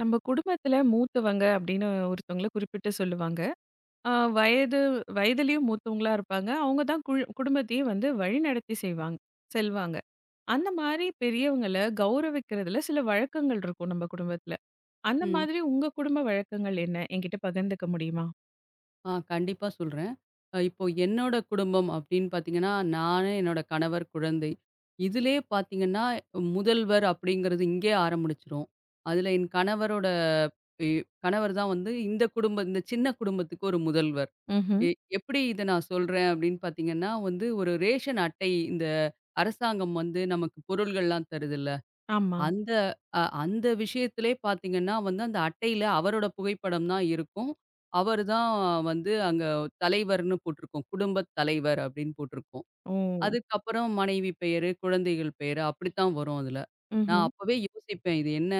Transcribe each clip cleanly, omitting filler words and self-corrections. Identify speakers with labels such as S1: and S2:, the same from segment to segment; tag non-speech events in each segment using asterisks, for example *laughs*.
S1: நம்ம குடும்பத்துல மூத்தவங்க அப்படின்னு ஒருத்தவங்கள குறிப்பிட்டு சொல்லுவாங்க. அ வயது வயதிலயும் மூத்தவங்களா இருப்பாங்க. அவங்க தான் குழு குடும்பத்தையே வந்து வழிநடத்தி செல்வாங்க. அந்த மாரி பெரியவங்கள கௌரவிக்கிறதுல சில வழக்கங்கள் இருக்கும் நம்ம குடும்பத்துல. அந்த
S2: ம்.
S1: மாதிரி உங்க குடும்ப வழக்கங்கள் என்ன? என்கிட்ட பகிர்ந்துக்க முடியுமா?
S2: கண்டிப்பா சொல்றேன். இப்போ என்னோட குடும்பம் அப்படின்னு பார்த்தீங்கன்னா, நானு, என்னோட கணவர், குழந்தை. இதிலயே பார்த்தீங்கன்னா, முதல்வர் அப்படிங்கிறது இங்கேயே ஆரம்பிச்சுரும். அதில என் கணவரோட இ கணவர் தான் வந்து இந்த குடும்ப இந்த சின்ன குடும்பத்துக்கு ஒரு முதல்வர்.
S1: ம்ஹ்ம்.
S2: எ எப்படி இத நான் சொல்றேன் அப்படின்னு பார்த்தீங்கன்னா, வந்து ஒரு ரேஷன் அட்டை இந்த அரசாங்கம் வந்து நமக்கு பொருள்கள்லாம் தருதுல்ல.
S1: ஆமா.
S2: அந்த அந்த விஷயத்திலே பார்த்தீங்கன்னா வந்து, அந்த அட்டையில அவரோட புகைப்படம் தான் இருக்கும். அவர் தான் வந்து அங்க தலைவர்ன்னு போட்டிருக்கும். குடும்பத் தலைவர் அப்படின்னு போட்டிருக்கும்.
S1: ஓ!
S2: அதுக்கப்புறம் மனைவி பெயரு, குழந்தைகள் பெயரு அப்படித்தான் வரும் அதுல. நான்
S1: ம்ஹ்ம்.
S2: அப்பவே யோசிப்பேன், இது என்ன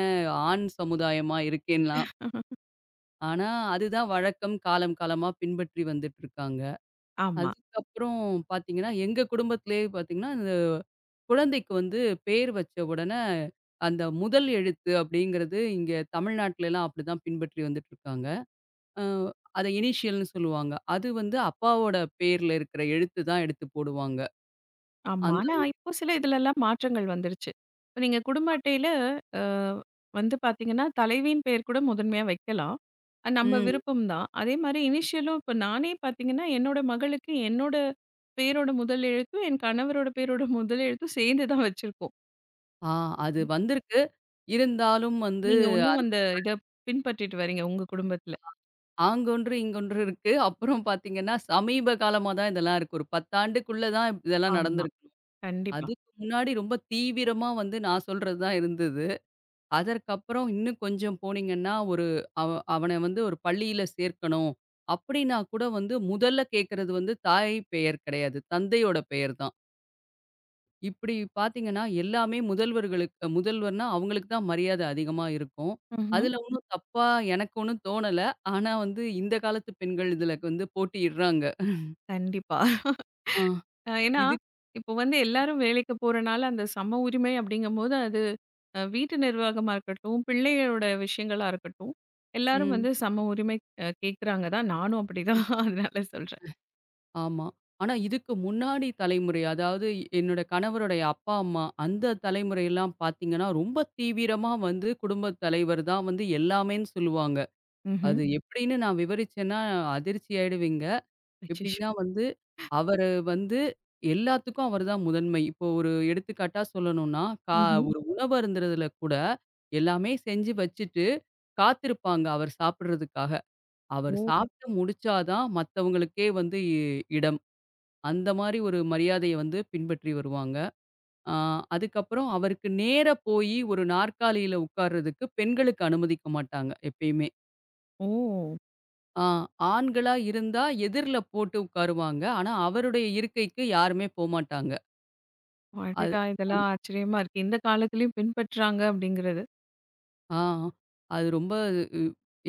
S2: ஆண் சமுதாயமா இருக்கேன்லாம். ஆனா அதுதான் வழக்கம். காலம் காலமா பின்பற்றி வந்துட்டு இருக்காங்க.
S1: ஆமா.
S2: அதுக்கப்புறம் பார்த்தீங்கன்னா, எங்க குடும்பத்திலேயே பார்த்தீங்கன்னா, இந்த குழந்தைக்கு வந்து பேர் வச்ச உடனே, அந்த முதல் எழுத்து அப்படிங்கிறது இங்க தமிழ்நாட்டுலலாம் அப்படிதான் பின்பற்றி வந்துட்டுருக்காங்க. அ அத இனிஷியல்னு சொல்லுவாங்க. அது வந்து அப்பாவோட பேர்ல இருக்கிற எழுத்து தான் எடுத்து போடுவாங்க.
S1: ஆமா.
S2: அந்த
S1: ஆனா, இப்போ சில இதுலலாம் மாற்றங்கள் வந்துருச்சு. இப்ப நீங்க குடும்ப அட்டையில அ வந்து பார்த்தீங்கன்னா, தலைவியின் பெயர் கூட முதன்மையா வைக்கலாம். அது நம்ம
S2: ம்.
S1: விருப்பம் தான். அதேமாரி இனிஷியலும் இப்ப நானே பார்த்தீங்கன்னா, என்னோட மகளுக்கு என்னோட பேரோட முதல் எழுத்தும், என் கணவரோட பேரோட முதல் எழுத்தும் சேர்ந்து தான் வச்சிருக்கோம்.
S2: ஆ அது வந்திருக்கு. இருந்தாலும் வந்து
S1: நீங்க இன்னும்
S2: அந்த
S1: அந்த இத பின்பற்றிட்டு வரீங்க உங்க குடும்பத்துல.
S2: ஆங்கொன்று, இங்கொன்று இருக்கு. அப்புறம் பார்த்தீங்கன்னா, சமீப காலமா தான் இதெல்லாம் இருக்கு. ஒரு 10 ஆண்டுக்குள்ள தான் இதெல்லாம்
S1: ஆமா.
S2: நடந்திருக்கு.
S1: கண்டிப்பா.
S2: அதுக்கு முன்னாடி ரொம்ப தீவிரமா வந்து நான் சொல்றது தான் இருந்தது. அதற்கப்புறம் இன்னும் கொஞ்சம் போனீங்கன்னா, ஒரு அவ அவன வந்து ஒரு பள்ளியில சேர்க்கணும் அப்படின்னா கூட வந்து முதல்ல கேட்கறது வந்து தாய் பெயர் கிடையாது. தந்தையோட பெயர் தான். இப்படி பார்த்தீங்கன்னா, எல்லாமே முதல்வர்களுக்கு முதல்வர்னா அவங்களுக்கு தான் மரியாதை அதிகமா இருக்கும்.
S1: ம்ஹ்ம்.
S2: அதுல ஒண்ணும் தப்பா எனக்கு ஒண்ணும் தோணல. ஆனா வந்து இந்த காலத்து பெண்கள் இதுல வந்து போட்டியிடுறாங்க.
S1: கண்டிப்பா.
S2: ஆ.
S1: ஏன்னா,
S2: இதுக்
S1: இப்போ வந்து எல்லாரும் வேலைக்கு போறனால, அந்த சம உரிமை அப்படிங்கும்போது, அது வீட்டு நிர்வாகமா இருக்கட்டும், பிள்ளைகளோட விஷயங்களா இருக்கட்டும், எல்லாரும்
S2: ம்.
S1: வந்து சம உரிமை கேட்குறாங்க தான். நானும் அப்படிதான் *laughs* அதனால சொல்றேன்.
S2: ஆமா. ஆனா இதுக்கு முன்னாடி தலைமுறை, அதாவது என்னோட கணவருடைய அப்பா, அம்மா அந்த தலைமுறையெல்லாம் பார்த்தீங்கன்னா, ரொம்ப தீவிரமா வந்து குடும்பத் தலைவர் தான் வந்து எல்லாமேன்னு சொல்லுவாங்க.
S1: ம்ஹ்ம்.
S2: அது எப்படின்னு நான் விவரிச்சேன்னா அதிர்ச்சி ஆயிடுவீங்க.
S1: அச்சச்சோ!
S2: எப்படின்னா வந்து, அவரு வந்து எல்லாத்துக்கும் அவர் தான் முதன்மை. இப்போ ஒரு எடுத்துக்காட்டா சொல்லணும்னா, கா
S1: ம்ஹ்ம்.
S2: ஒரு உணவு அருந்துறதுல கூட எல்லாமே செஞ்சு வச்சுட்டு காத்திருப்பாங்க அவர் சாப்பிடுறதுக்காக. அவர்
S1: ஓ!
S2: சாப்பிட்டு முடிச்சா தான் மத்தவங்களுக்கே வந்து இடம். அந்த மாரி ஒரு மரியாதைய வந்து பின்பற்றி வருவாங்க. ஆ அதுக்கப்புறம் அவருக்கு நேரா போயி ஒரு நாற்காலியில உட்கார்றதுக்கு பெண்களுக்கு அனுமதிக்க மாட்டாங்க எப்பயுமே.
S1: ஓ!
S2: ஆ ஆண்களா இருந்தா எதிர்ல போட்டு உட்காருவாங்க. ஆனா, அவருடைய இருக்கைக்கு யாருமே போமாட்டாங்க. அது
S1: அடடா!
S2: அந்
S1: இதெல்லாம் ஆச்சரியமா இருக்கு. இந்த காலத்திலயும் பின்பற்றுறாங்க அப்படிங்கிறது.
S2: ஆ அது ரொம்ப உ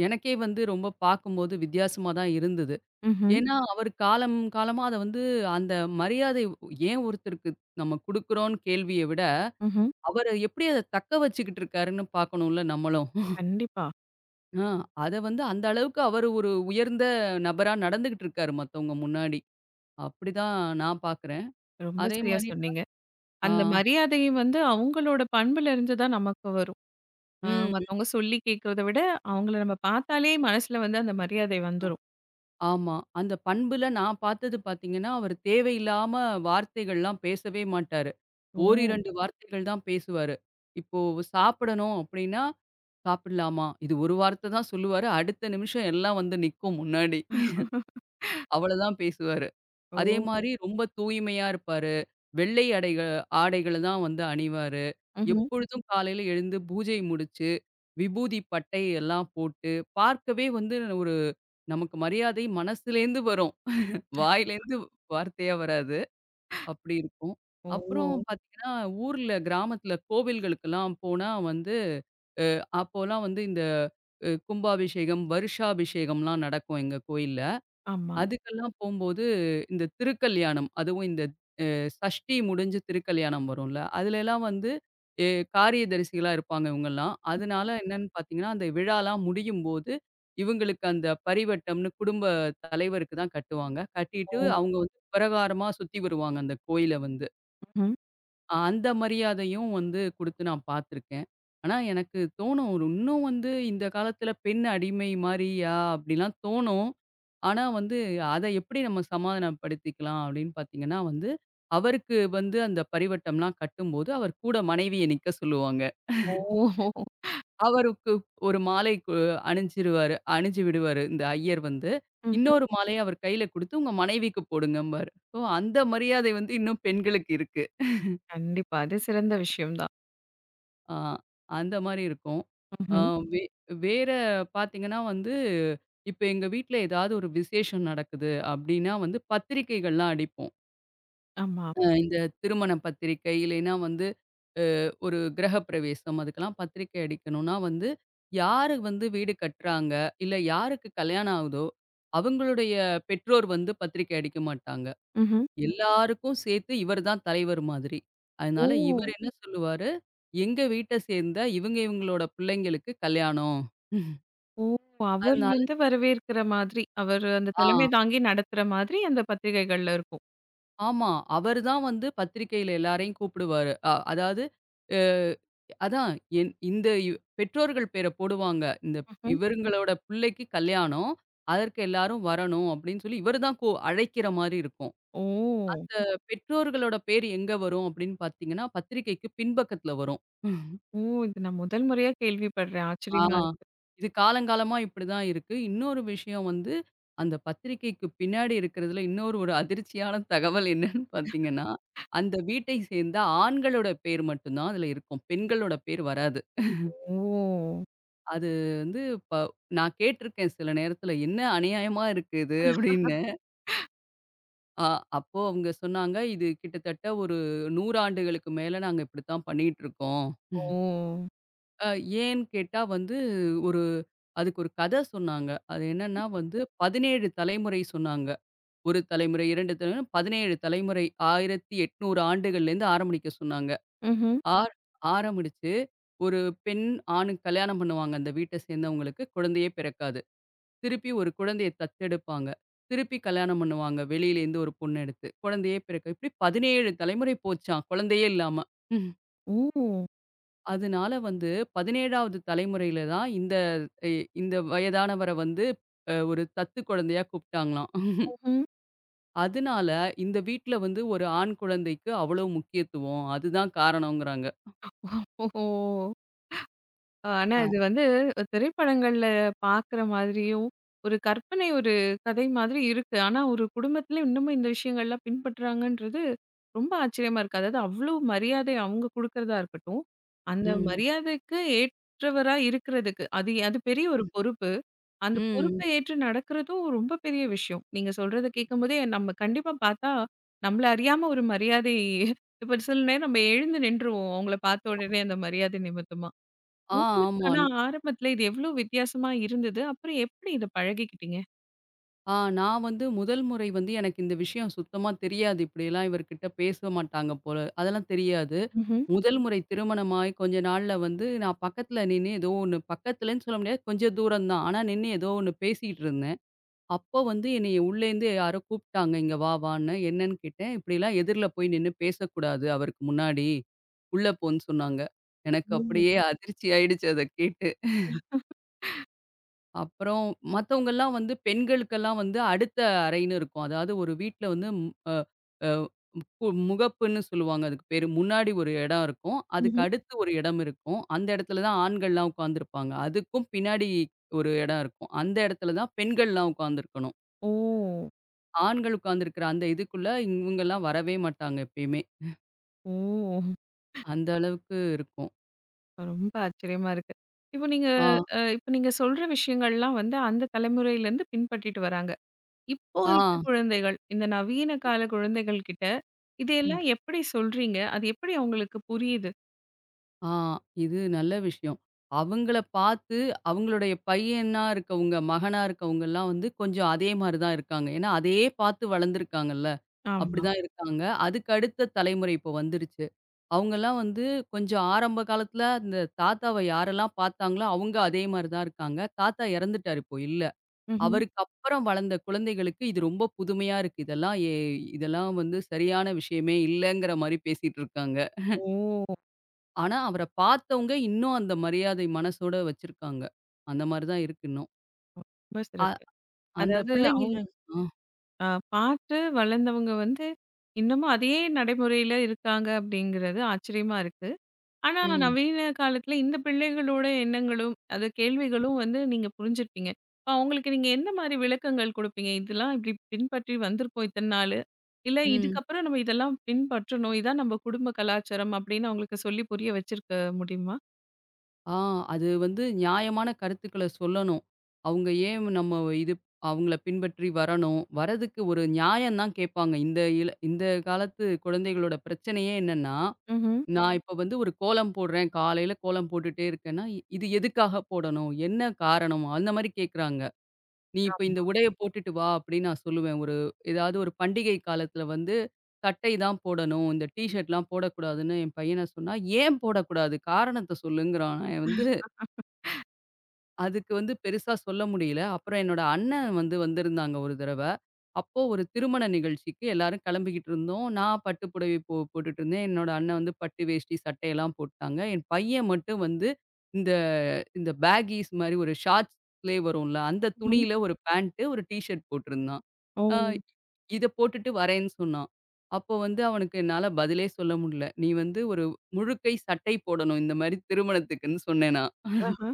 S2: எனக்கே வந்து ரொம்ப பார்க்கும்போது வித்தியாசமா தான் இருந்தது.
S1: ம்ஹ்ம்.
S2: ஏன்னா, அவர் காலம் காலமா அத வந்து அந்த மரியாதை ஏன் ஒருத்தருக்கு நம்ம குடுக்குறோம்னு கேள்விய விட,
S1: ம்ஹ்ம்.
S2: அவரு எப்படி அத தக்க வச்சுக்கிட்டு இருக்காருன்னு பார்க்கணும்ல நம்மளும்.
S1: கண்டிப்பா.
S2: ஆ அத வந்து அந்த அளவுக்கு அவரு ஒரு உயர்ந்த நபரா நடந்துகிட்டு இருக்காரு மத்தவங்க முன்னாடி. அப்படிதான் நான் பார்க்குறேன்.
S1: ரொம்ப
S2: அதே
S1: சரியா
S2: மாரி ப
S1: சொன்னீங்க.
S2: ஆ.
S1: அந்த மரியாதையும் வந்து அவங்களோட பண்புல இருந்து தான் நமக்கு வரும். ஆ
S2: ம்.
S1: மத்தவங்க சொல்லி கேட்கிறத விட, அவங்கள நம்ம பார்த்தாலே மனசுல வந்து அந்த மரியாதை வந்துரும்.
S2: ஆமா. அந்த பண்புல நான் பார்த்தது பார்த்தீங்கன்னா, அவரு தேவையில்லாம வார்த்தைகள்லாம் பேசவே மாட்டாரு.
S1: ஓ!
S2: ஓரிரண்டு வார்த்தைகள் தான் பேசுவாரு. இப்போ சாப்பிடணும் அப்படின்னா, "சாப்பிடலாமா?" இது ஒரு வார்த்த தான் சொல்லுவாரு. அடுத்த நிமிஷம் எல்லாம் வந்து நிக்கும் முன்னாடி. அவ்வளதான் பேசுவாரு.
S1: ஓ!
S2: அதே மாரி ரொம்ப தூய்மையா இருப்பாரு. வெள்ளை ஆடைகள தான் வந்து அணிவாரு.
S1: ம்ஹ்ம்.
S2: எப்பொழுதும் காலையில எழுந்து பூஜை முடிச்சு, விபூதி பட்டை எல்லாம் போட்டு, பார்க்கவே வந்து ஒரு நமக்கு மரியாதை மனசுலேருந்து வரும். வாயிலேருந்து வார்த்தையா வராது. அப்படி இருக்கும்.
S1: ஓ!
S2: அப்புறம் ம். பார்த்தீங்கன்னா, ஊர்ல கிராமத்துல கோவில்களுக்கெல்லாம் போனா வந்து அப்போலாம் வந்து இந்த கும்பாபிஷேகம், வருஷாபிஷேகம்லாம் நடக்கும் எங்க கோயில்ல.
S1: ஆமா.
S2: அதுக்கெல்லாம் போம்போது இந்த திருக்கல்யாணம், அதுவும் இந்த சஷ்டி முடிஞ்சு திருக்கல்யாணம் வரும்ல. அதுலலாம் வந்து எ காரியதரிசிகளா இருப்பாங்க இவங்கலாம். அதனால என்னன்னு பார்த்தீங்கன்னா, அந்த விழாலாம் முடியும்போது, இவங்களுக்கு அந்த பரிவட்டம்ன்னு குடும்ப தலைவருக்கு தான் கட்டுவாங்க. கட்டிட்டு
S1: ஓ!
S2: அவங்க வந்து பிரகாரமா சுத்தி வருவாங்க அந்த கோயில வந்து.
S1: ம்ஹ்ம்.
S2: அந்த மரியாதையும் வந்து குடுத்து நான் பார்த்துருக்கேன். ஆனா, எனக்கு தோணும் ஒரு இன்னும் வந்து இந்த காலத்தில பெண் அடிமை மாரியா? அப்படிலாம் தோணும். ஆனா வந்து அத எப்படி நம்ம சமாதானப்படுத்திக்கலாம் அப்படின்னு பார்த்தீங்கன்னா வந்து, அவருக்கு வந்து அந்த பரிவட்டம்லாம் கட்டும்போது, அவர் கூட மனைவிய நிக்க சொல்லுவாங்க.
S1: ஓ!
S2: அவருக்கு ஒரு மாலை கு அணிஞ்சிருவாரு அணிஞ்சு விடுவாரு இந்த ஐயர் வந்து.
S1: ம்ஹ்ம்.
S2: இன்னொரு மாலைய அவர் கையில குடுத்து, "உங்க மனைவிக்கு போடுங்கம்பாரு." ஸோ அந்த மரியாதை வந்து இன்னும் பெண்களுக்கு இருக்கு.
S1: கண்டிப்பா. அது சிறந்த விஷயம் தான்.
S2: ஆ அந்த மாரி இருக்கும்.
S1: ம்ஹ்ம்.
S2: ம். வேற பார்த்தீங்கன்னா வந்து, இப்ப எங்க வீட்ல ஏதாவது ஒரு விசேஷம் நடக்குது அப்டின்னா வந்து பத்திரிக்கைகள்லாம் அடிப்போம்.
S1: ஆமா.
S2: இந்த திருமண பத்திரிக்கை, இல்லைன்னா வந்து ஒரு கிரகப்பிரவேசம் அதுக்கெல்லாம் பத்திரிக்கை அடிக்கணும்னா வந்து, யாரு வந்து வீடு கட்டுறாங்க, இல்ல யாருக்கு கல்யாணம் ஆகுதோ, அவங்களுடைய பெற்றோர் வந்து பத்திரிக்கை அடிக்க மாட்டாங்க.
S1: ம்ஹ்ம்.
S2: எல்லாருக்கும் சேர்த்து இவர் தான் தலைவர் மாதிரி. அதனால இவரு
S1: ஓ!
S2: என்ன சொல்லுவாரு, எங்க வீட்ட சேர்ந்த இவங்க இவங்களோட பிள்ளைங்களுக்கு கல்யாணம்.
S1: ஓ! அவர்
S2: அதனால
S1: வந்து வரவேற்கிற மாதிரி, அவர் அந்த தலைமை
S2: ஆ
S1: தாங்கி நடத்துற மாதிரி அந்த பத்திரிகைகள்ல இருக்கும்.
S2: ஆமா. அவரு தான் வந்து பத்திரிக்கையில எல்லாரையும் கூப்பிடுவாரு. அதாவது அ அதான் என் இந்த இவ் பெற்றோர்கள் பேர போடுவாங்க. இந்த
S1: ம்ஹ்ம்.
S2: இவருங்களோட பிள்ளைக்கு கல்யாணம். அதற்கு எல்லாரும் வரணும் அப்படின்னு சொல்லி இவரு தான் அழைக்கிற மாரி இருக்கும்.
S1: ஓ!
S2: பெற்றோர்களோட பேர் எங்க வரும் அப்படின்னு பார்த்தீங்கன்னா, பத்திரிக்கைக்கு பின்பக்கத்துல வரும்.
S1: ஓ! இது நான் முதல் முறையா கேள்விப்படுறேன்.
S2: ஆ.
S1: ஆச்சரியமா இருக்கு.
S2: இது காலங்காலமா இப்படிதான் இருக்கு. இன்னொரு விஷயம் வந்து, அந்த பத்திரிக்கைக்கு பின்னாடி இருக்கிறதுல இன்னொரு ஒரு அதிர்ச்சியான தகவல் என்னன்னு பார்த்தீங்கன்னா, அந்த வீட்டை சேர்ந்த ஆண்களோட பேர் மட்டும் தான் அதுல இருக்கும். பெண்களோட பேர் வராது.
S1: ஓ!
S2: அது வந்து ப நான் கேட்டிருக்கேன் சில நேரத்துல, "என்ன அநியாயமா இருக்கு இது?" அப்படின்னு. அ அப்போ அவங்க சொன்னாங்க, "இது கிட்டத்தட்ட ஒரு 100 ஆண்டுகளுக்கு மேல நாங்க இப்படித்தான் பண்ணிட்டு இருக்கோம்."
S1: ஓ!
S2: அ ஏன்னு கேட்டா வந்து, ஒரு அதுக்கு ஒரு கத சொன்னாங்க. அது என்னன்னா வந்து 17 தலைமுறை சொன்னாங்க. 1 தலைமுறை, 2 தலைமுறை, 17 தலைமுறை 1800 ஆண்டுகள்லேருந்து ஆரம்பிக்க சொன்னாங்க.
S1: ம்ஹ்ம்.
S2: ஆர் ஆரம்பிச்சு ஒரு பெண், ஆணுக்கு கல்யாணம் பண்ணுவாங்க அந்த வீட்ட சேர்ந்தவங்களுக்கு. குழந்தையே பிறக்காது. திருப்பி ஒரு குழந்தைய தத்தெடுப்பாங்க. திருப்பி கல்யாணம் பண்ணுவாங்க. வெளியிலேருந்து ஒரு பொண்ண எடுத்து. குழந்தையே பிறக்க இப்படி 17 தலைமுறை போச்சாம். குழந்தையே இல்லாம.
S1: ஓ!
S2: அதனால வந்து 17வது தலைமுறையில தான் இந்த இ இந்த வயதானவர வந்து ஒரு தத்து குழந்தையா கூப்பிட்டாங்களாம்.
S1: ம்ஹ்ம்.
S2: அதனால இந்த வீட்ல வந்து ஒரு ஆண் குழந்தைக்கு அவ்வளவு முக்கியத்துவம். அதுதான் காரணம்ங்கிறாங்க.
S1: ஓஹோ! ஆ, ஆனா,
S2: அ
S1: இது வந்து திரைப்படங்கள்ல பார்க்குற மாதிரியும், ஒரு கற்பனை ஒரு கதை மாதிரி இருக்கு. ஆனா, ஒரு குடும்பத்தில இன்னமும் இந்த விஷயங்கள்லாம் பின்பற்றுறாங்கன்றது ரொம்ப ஆச்சரியமா இருக்கு. அதாவது அவ்வளோ மரியாதை அவங்க குடுக்குறதா இருக்கட்டும், அந்த
S2: ம்.
S1: மரியாதைக்கு ஏற்றவரா இருக்கிறதுக்கு, அது அது பெரிய ஒரு பொறுப்பு. அந்த
S2: ம்.
S1: பொறுப்பை ஏற்று நடக்கிறதும் ரொம்ப பெரிய விஷயம். நீங்க சொல்றத கேட்கும்போதே நம்ம கண்டிப்பா பார்த்தா, நம்மள அறியாம ஒரு மரியாதை இப்ப சில நேரம் நம்ம எழுந்து நின்றுருவோம். அவங்கள பார்த்த உடனே அந்த மரியாதை நிமித்தமா.
S2: ஆ
S1: உங்களுக்கு
S2: ஆமா.
S1: ஆனா ஆரம்பத்துல இது எவ்ளோ வித்தியாசமா இருந்தது? அப்புறம் எப்படி இத பழகிக்கிட்டீங்க?
S2: ஆ நான் வந்து முதல் முறை வந்து எனக்கு இந்த விஷயம் சுத்தமா தெரியாது. இப்படியெல்லாம் இவர்கிட்ட பேச மாட்டாங்க போல. அதெல்லாம் தெரியாது.
S1: ம்ஹ்ம்.
S2: முதல் முறை திருமணமாய் கொஞ்ச நாள்ல வந்து நான் பக்கத்துல நின்னு ஏதோ ஒண்ணு பக்கத்துலன்னு சொல்ல முடியாது. கொஞ்சம் தூரம் தான். ஆனா நின்னு ஏதோ ஒண்ணு பேசிட்டு இருந்தேன். அப்போ வந்து என்னைய உள்ளேருந்து யாரோ கூப்பிட்டாங்க, "இங்க வா வான்னு." என்னன்னு கேட்டேன். "இப்படிலாம் எதிர்ல போய் நின்னு பேசக்கூடாது அவருக்கு முன்னாடி. உள்ள போன்னு" சொன்னாங்க. எனக்கு
S1: ம்.
S2: அப்படியே அதிர்ச்சி ஆயிடுச்சு அத கேட்டு. அப்புறம் மத்தவங்கலாம் வந்து பெண்களுக்கெல்லாம் வந்து அடுத்த அறைன்னு இருக்கும். அதாவது ஒரு வீட்ல வந்து ம் அ அ கு முகப்புன்னு சொல்லுவாங்க அதுக்கு பேரு. முன்னாடி ஒரு இடம் இருக்கும். அதுக்கு
S1: ம்ஹ்ம்.
S2: அடுத்து ஒரு இடம் இருக்கும். அந்த இடத்துல தான் ஆண்கள்லாம் உட்கார்ந்திருப்பாங்க. அதுக்கும் பின்னாடி ஒரு இடம் இருக்கும். அந்த இடத்துல தான் பெண்கள்லாம் உட்கார்ந்திருக்கணும்.
S1: ஓ!
S2: ஆண்கள் உட்கார்ந்திருக்கிற அந்த இதுக்குள்ள இவங்கலாம் வரவே மாட்டாங்க எப்பயுமே.
S1: ஓ!
S2: அந்த அளவுக்கு இருக்கும்.
S1: ரொம்ப ஆச்சரியமா இருக்கு. இப்போ நீங்க
S2: ஆ,
S1: இப்ப நீங்க சொல்ற விஷயங்கள்லாம் வந்து அந்த தலைமுறையிலருந்து பின்பற்றிட்டு வராங்க. இப்போ இருக்க
S2: ஆ,
S1: குழந்தைகள், இந்த நவீன கால குழந்தைகள் கிட்ட
S2: ம்.
S1: இதையெல்லாம் எப்படி சொல்றீங்க? அது எப்படி அவங்களுக்கு புரியுது?
S2: ஆ இது நல்ல விஷயம். அவங்கள பார்த்து அவங்களுடைய பையனா இருக்கவங்க, மகனா இருக்கவங்கலாம் வந்து கொஞ்சம் அதே மாரி தான் இருக்காங்க. ஏன்னா அதையே பார்த்து வளர்ந்துருக்காங்கல்ல.
S1: ஆமா.
S2: அப்படிதான் இருக்காங்க. அதுக்கு அடுத்த தலைமுறை இப்போ வந்துருச்சு. அவங்கலாம் வந்து கொஞ்சம் ஆரம்ப காலத்துல அந்த தாத்தாவ யாரெல்லாம் பார்த்தாங்களோ அவங்க அதே மாரி தான் இருக்காங்க. தாத்தா இறந்துட்டாரு இப்போ இல்ல.
S1: ம்ஹ்ம்.
S2: அவருக்கு அப்புறம் வளர்ந்த குழந்தைகளுக்கு இது ரொம்ப புதுமையா இருக்கு. இதெல்லாம் வந்து சரியான விஷயமே இல்லங்கிற மாரி பேசிட்டு இருக்காங்க.
S1: ஓ!
S2: ஆனா அவர பார்த்தவங்க இன்னும் அந்த மரியாதை மனசோட வச்சிருக்காங்க. அந்த மாரி தான் இருக்கு இன்னும்.
S1: ரொம்ப
S2: அ
S1: சிறப்பு.
S2: அந்த
S1: அதாவது
S2: பிள்ளைங்கள
S1: அவங்க
S2: ஆ,
S1: அ பார்த்து வளர்ந்தவங்க வந்து, இன்னமும் அதே நடைமுறையில இருக்காங்க அப்படிங்கிறது ஆச்சரியமா இருக்கு. ஆனா
S2: ம்,
S1: நவீன காலத்துல இந்த பிள்ளைகளோட எண்ணங்களும், அது கேள்விகளும் வந்து நீங்க புரிஞ்சிருப்பீங்க. இப்ப அவங்களுக்கு நீங்க எந்த மாரி விளக்கங்கள் குடுப்பீங்க? இதெல்லாம் இப்படி பின்பற்றி வந்திருக்கோம் இத்தன நாளு. இல்ல
S2: ம்.
S1: இதுக்கப்புறம் நம்ம இதெல்லாம் பின்பற்றணும். இதான் நம்ம குடும்ப கலாச்சாரம் அப்படின்னு அவங்களுக்கு சொல்லி புரிய வச்சிருக்க முடியுமா?
S2: ஆ அது வந்து நியாயமான கருத்துக்கள சொல்லணும். அவங்க ஏன் நம்ம இது அவங்கள பின்பற்றி வரணும். வரதுக்கு ஒரு நியாயம் தான் கேட்பாங்க. இந்த இந்த காலத்து குழந்தைகளோட பிரச்சனையே என்னன்னா
S1: ம்ஹ்ம்.
S2: நான் இப்ப வந்து ஒரு கோலம் போடுறேன். காலையில கோலம் போட்டுட்டே இருக்கேன்னா, இது எதுக்காக போடணும்? என்ன காரணம்? அந்த மாரி கேட்குறாங்க. "நீ இப்ப இந்த
S1: ஆமா.
S2: உடைய போட்டுட்டு வா" அப்படின்னு நான் சொல்லுவேன். ஏதாவது ஒரு பண்டிகை காலத்துல வந்து சட்டை தான் போடணும். இந்த டீ ஷர்ட்லாம் போடக்கூடாதுன்னு என் பையன சொன்னா, "ஏன் போடக்கூடாது? காரணத்த சொல்லுங்கிறான்." நான் வந்து அதுக்கு வந்து பெருசா சொல்ல முடியல. அப்புறம் என்னோட அண்ணன் வந்திருந்தாங்க ஒரு தடவ. அப்போ ஒரு திருமண நிகழ்ச்சிக்கு எல்லாரும் கிளம்பிக்கிட்டு இருந்தோம். நான் பட்டு புடவை போட்டுட்டு இருந்தேன். என்னோட அண்ணன் வந்து பட்டு வேஷ்டி, சட்டையெல்லாம் போட்டாங்க. என் பையன் மட்டும் வந்து இந்த இந்த பேக்கீஸ் மாரி ஒரு ஷார்ட்ஸ்லயே வரும்ல, அந்த
S1: ம்ஹ்ம்.
S2: துணியில ஒரு பேண்ட், ஒரு டீ ஷர்ட் போட்டிருந்தான்.
S1: ஓ!
S2: அ இத போட்டுட்டு வரேன்னு சொன்னான். அப்போ வந்து அவனுக்கு என்னால பதிலே சொல்ல முடியல. நீ வந்து ஒரு முழுக்கை சட்டை போடணும் இந்த மாரி திருமணத்துக்குன்னு சொன்னேன் நான்.
S1: ஆஹ.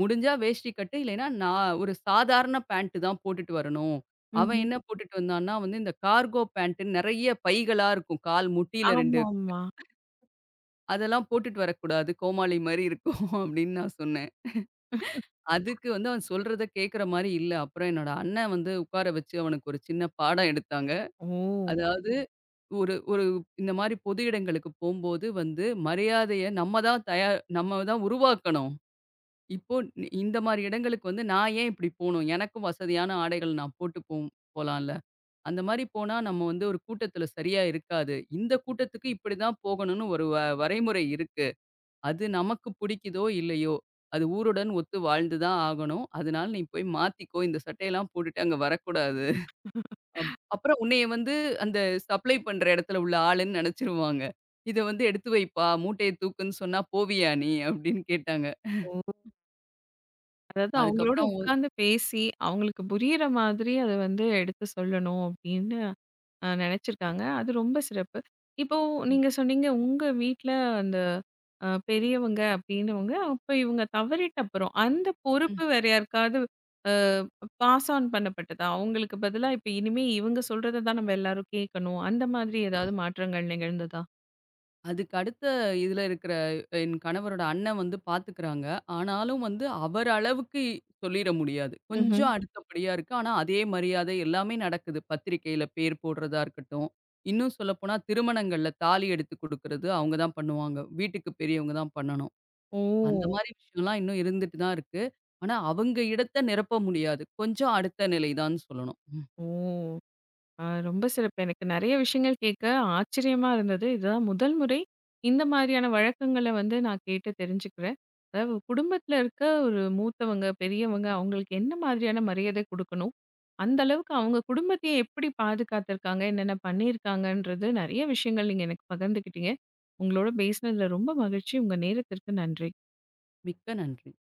S2: முடிஞ்சா வேஷ்டி கட்டு, இல்லைன்னா நான் ஒரு சாதாரண பேண்ட் தான் போட்டுட்டு வரணும். அவன்
S1: ம்ஹ்ம்.
S2: என்ன போட்டுட்டு வந்தான்னா, வந்து இந்த கார்கோ பேண்ட்டுன்னு நெறைய பைகளா இருக்கும். கால் முட்டியில 2
S1: ஆமாமா.
S2: அதெல்லாம் போட்டுட்டு வரக்கூடாது. கோமாளி மாரி இருக்கும் *laughs* அப்படின்னு நான் சொன்னேன். அதுக்கு வந்து அவன் சொல்றத கேட்கிற மாரி இல்ல. அப்புறம் என்னோட அண்ணன் வந்து உட்கார வச்சு அவனுக்கு ஒரு சின்ன பாடம் எடுத்தாங்க.
S1: ஓ!
S2: அதாவது ஒரு ஒரு இந்த மாரி பொது இடங்களுக்கு போம்போது வந்து மரியாதைய நம்ம தான் தயார் நம்ம தான் உருவாக்கணும். இப்போ இந்த மாரி இடங்களுக்கு வந்து நான் ஏன் இப்படி போணும்? எனக்கும் வசதியான ஆடைகள் நான் போட்டு போம் போலாம்ல. அந்த மாரி போனா நம்ம வந்து ஒரு கூட்டத்துல சரியா இருக்காது. இந்த கூட்டத்துக்கு இப்படிதான் போகணும்னு ஒரு வரைமுறை இருக்கு. அது நமக்கு பிடிக்குதோ இல்லையோ, அது ஊருடன் ஒத்து வாழ்ந்து தான் ஆகணும். அதனால நீ போய் மாத்திக்கோ. இந்த சட்டையெல்லாம் போட்டுட்டு அங்க வரக்கூடாது. அப்புறம் உன்னைய வந்து அந்த சப்ளை பண்ற இடத்துல உள்ள ஆளுன்னு நெனச்சுருவாங்க. இத வந்து எடுத்து வைப்பா, மூட்டைய தூக்குன்னு சொன்னா போவியா நீ? அப்படின்னு கேட்டாங்க.
S1: ஓ! அதாவது அவங்களோட
S2: அதுக்கப்புறம்
S1: உட்கார்ந்து பேசி, அவங்களுக்கு புரியிற மாதிரி அத வந்து எடுத்து சொல்லணும் அப்படின்னு நெனச்சிருக்காங்க. அது ரொம்ப சிறப்பு. இப்போ
S2: ம்.
S1: நீங்க சொன்னீங்க, உங்க வீட்ல அந்த பெரியவங்க அப்படின்னவங்க, அப்ப இவங்க தவறிட்ட அப்புறம், அந்த பொறுப்பு வேற யாருக்காவது அ பாஸ் ஆன் பண்ணப்பட்டதா? அவங்களுக்கு பதிலா இப்ப இனிமே இவங்க சொல்றத தான் நம்ம எல்லாரும் கேட்கணும். அந்த மாதிரி ஏதாவது மாற்றங்கள் நிகழ்ந்ததா?
S2: அதுக்கு அடுத்த இதுல இருக்கிற என் கணவரோட அண்ணன் வந்து பார்த்துக்கிறாங்க. ஆனாலும் வந்து அவர் அளவுக்கு சொல்லிற முடியாது.
S1: ம்ஹ்ம்.
S2: கொஞ்சம் அடுத்தபடியா இருக்கு. ஆனா அதே மரியாதை எல்லாமே நடக்குது. பத்திரிக்கையில பேர் போடுறதா இருக்கட்டும். இன்னும் சொல்லப்போனா திருமணங்கள்ல தாலி எடுத்து குடுக்குறது அவங்க தான் பண்ணுவாங்க. வீட்டுக்கு பெரியவங்க தான் பண்ணணும்.
S1: ஓ!
S2: அந்த மாரி விஷயம்லாம் இன்னும் இருந்துட்டு தான் இருக்கு. ஆனா அவங்க இடத்த நிரப்ப முடியாது. கொஞ்சம் அடுத்த நிலை தான்னு சொல்லணும். ம்.
S1: ஓ! ஆ ரொம்ப சிறப்பு. எனக்கு நெறைய விஷயங்கள் கேட்க ஆச்சரியமா இருந்தது. இதுதான் முதல் முறை இந்த மாதிரியான வழக்கங்கள வந்து நான் கேட்டு தெரிஞ்சுக்கிறேன். அதாவது குடும்பத்தில இருக்க ஒரு மூத்தவங்க, பெரியவங்க அவங்களுக்கு என்ன மாதிரியான மரியாதை குடுக்கணும்? அந்த அளவுக்கு அவங்க குடும்பத்தையே எப்படி பாதுகாத்துருக்காங்க? என்னென்ன பண்ணியிருக்காங்கன்றது நெறைய விஷயங்கள் நீங்க எனக்கு பகிர்ந்துக்கிட்டீங்க. உங்களோட பேசினதில ரொம்ப மகிழ்ச்சி. உங்க நேரத்திற்கு நன்றி.
S2: மிக்க நன்றி.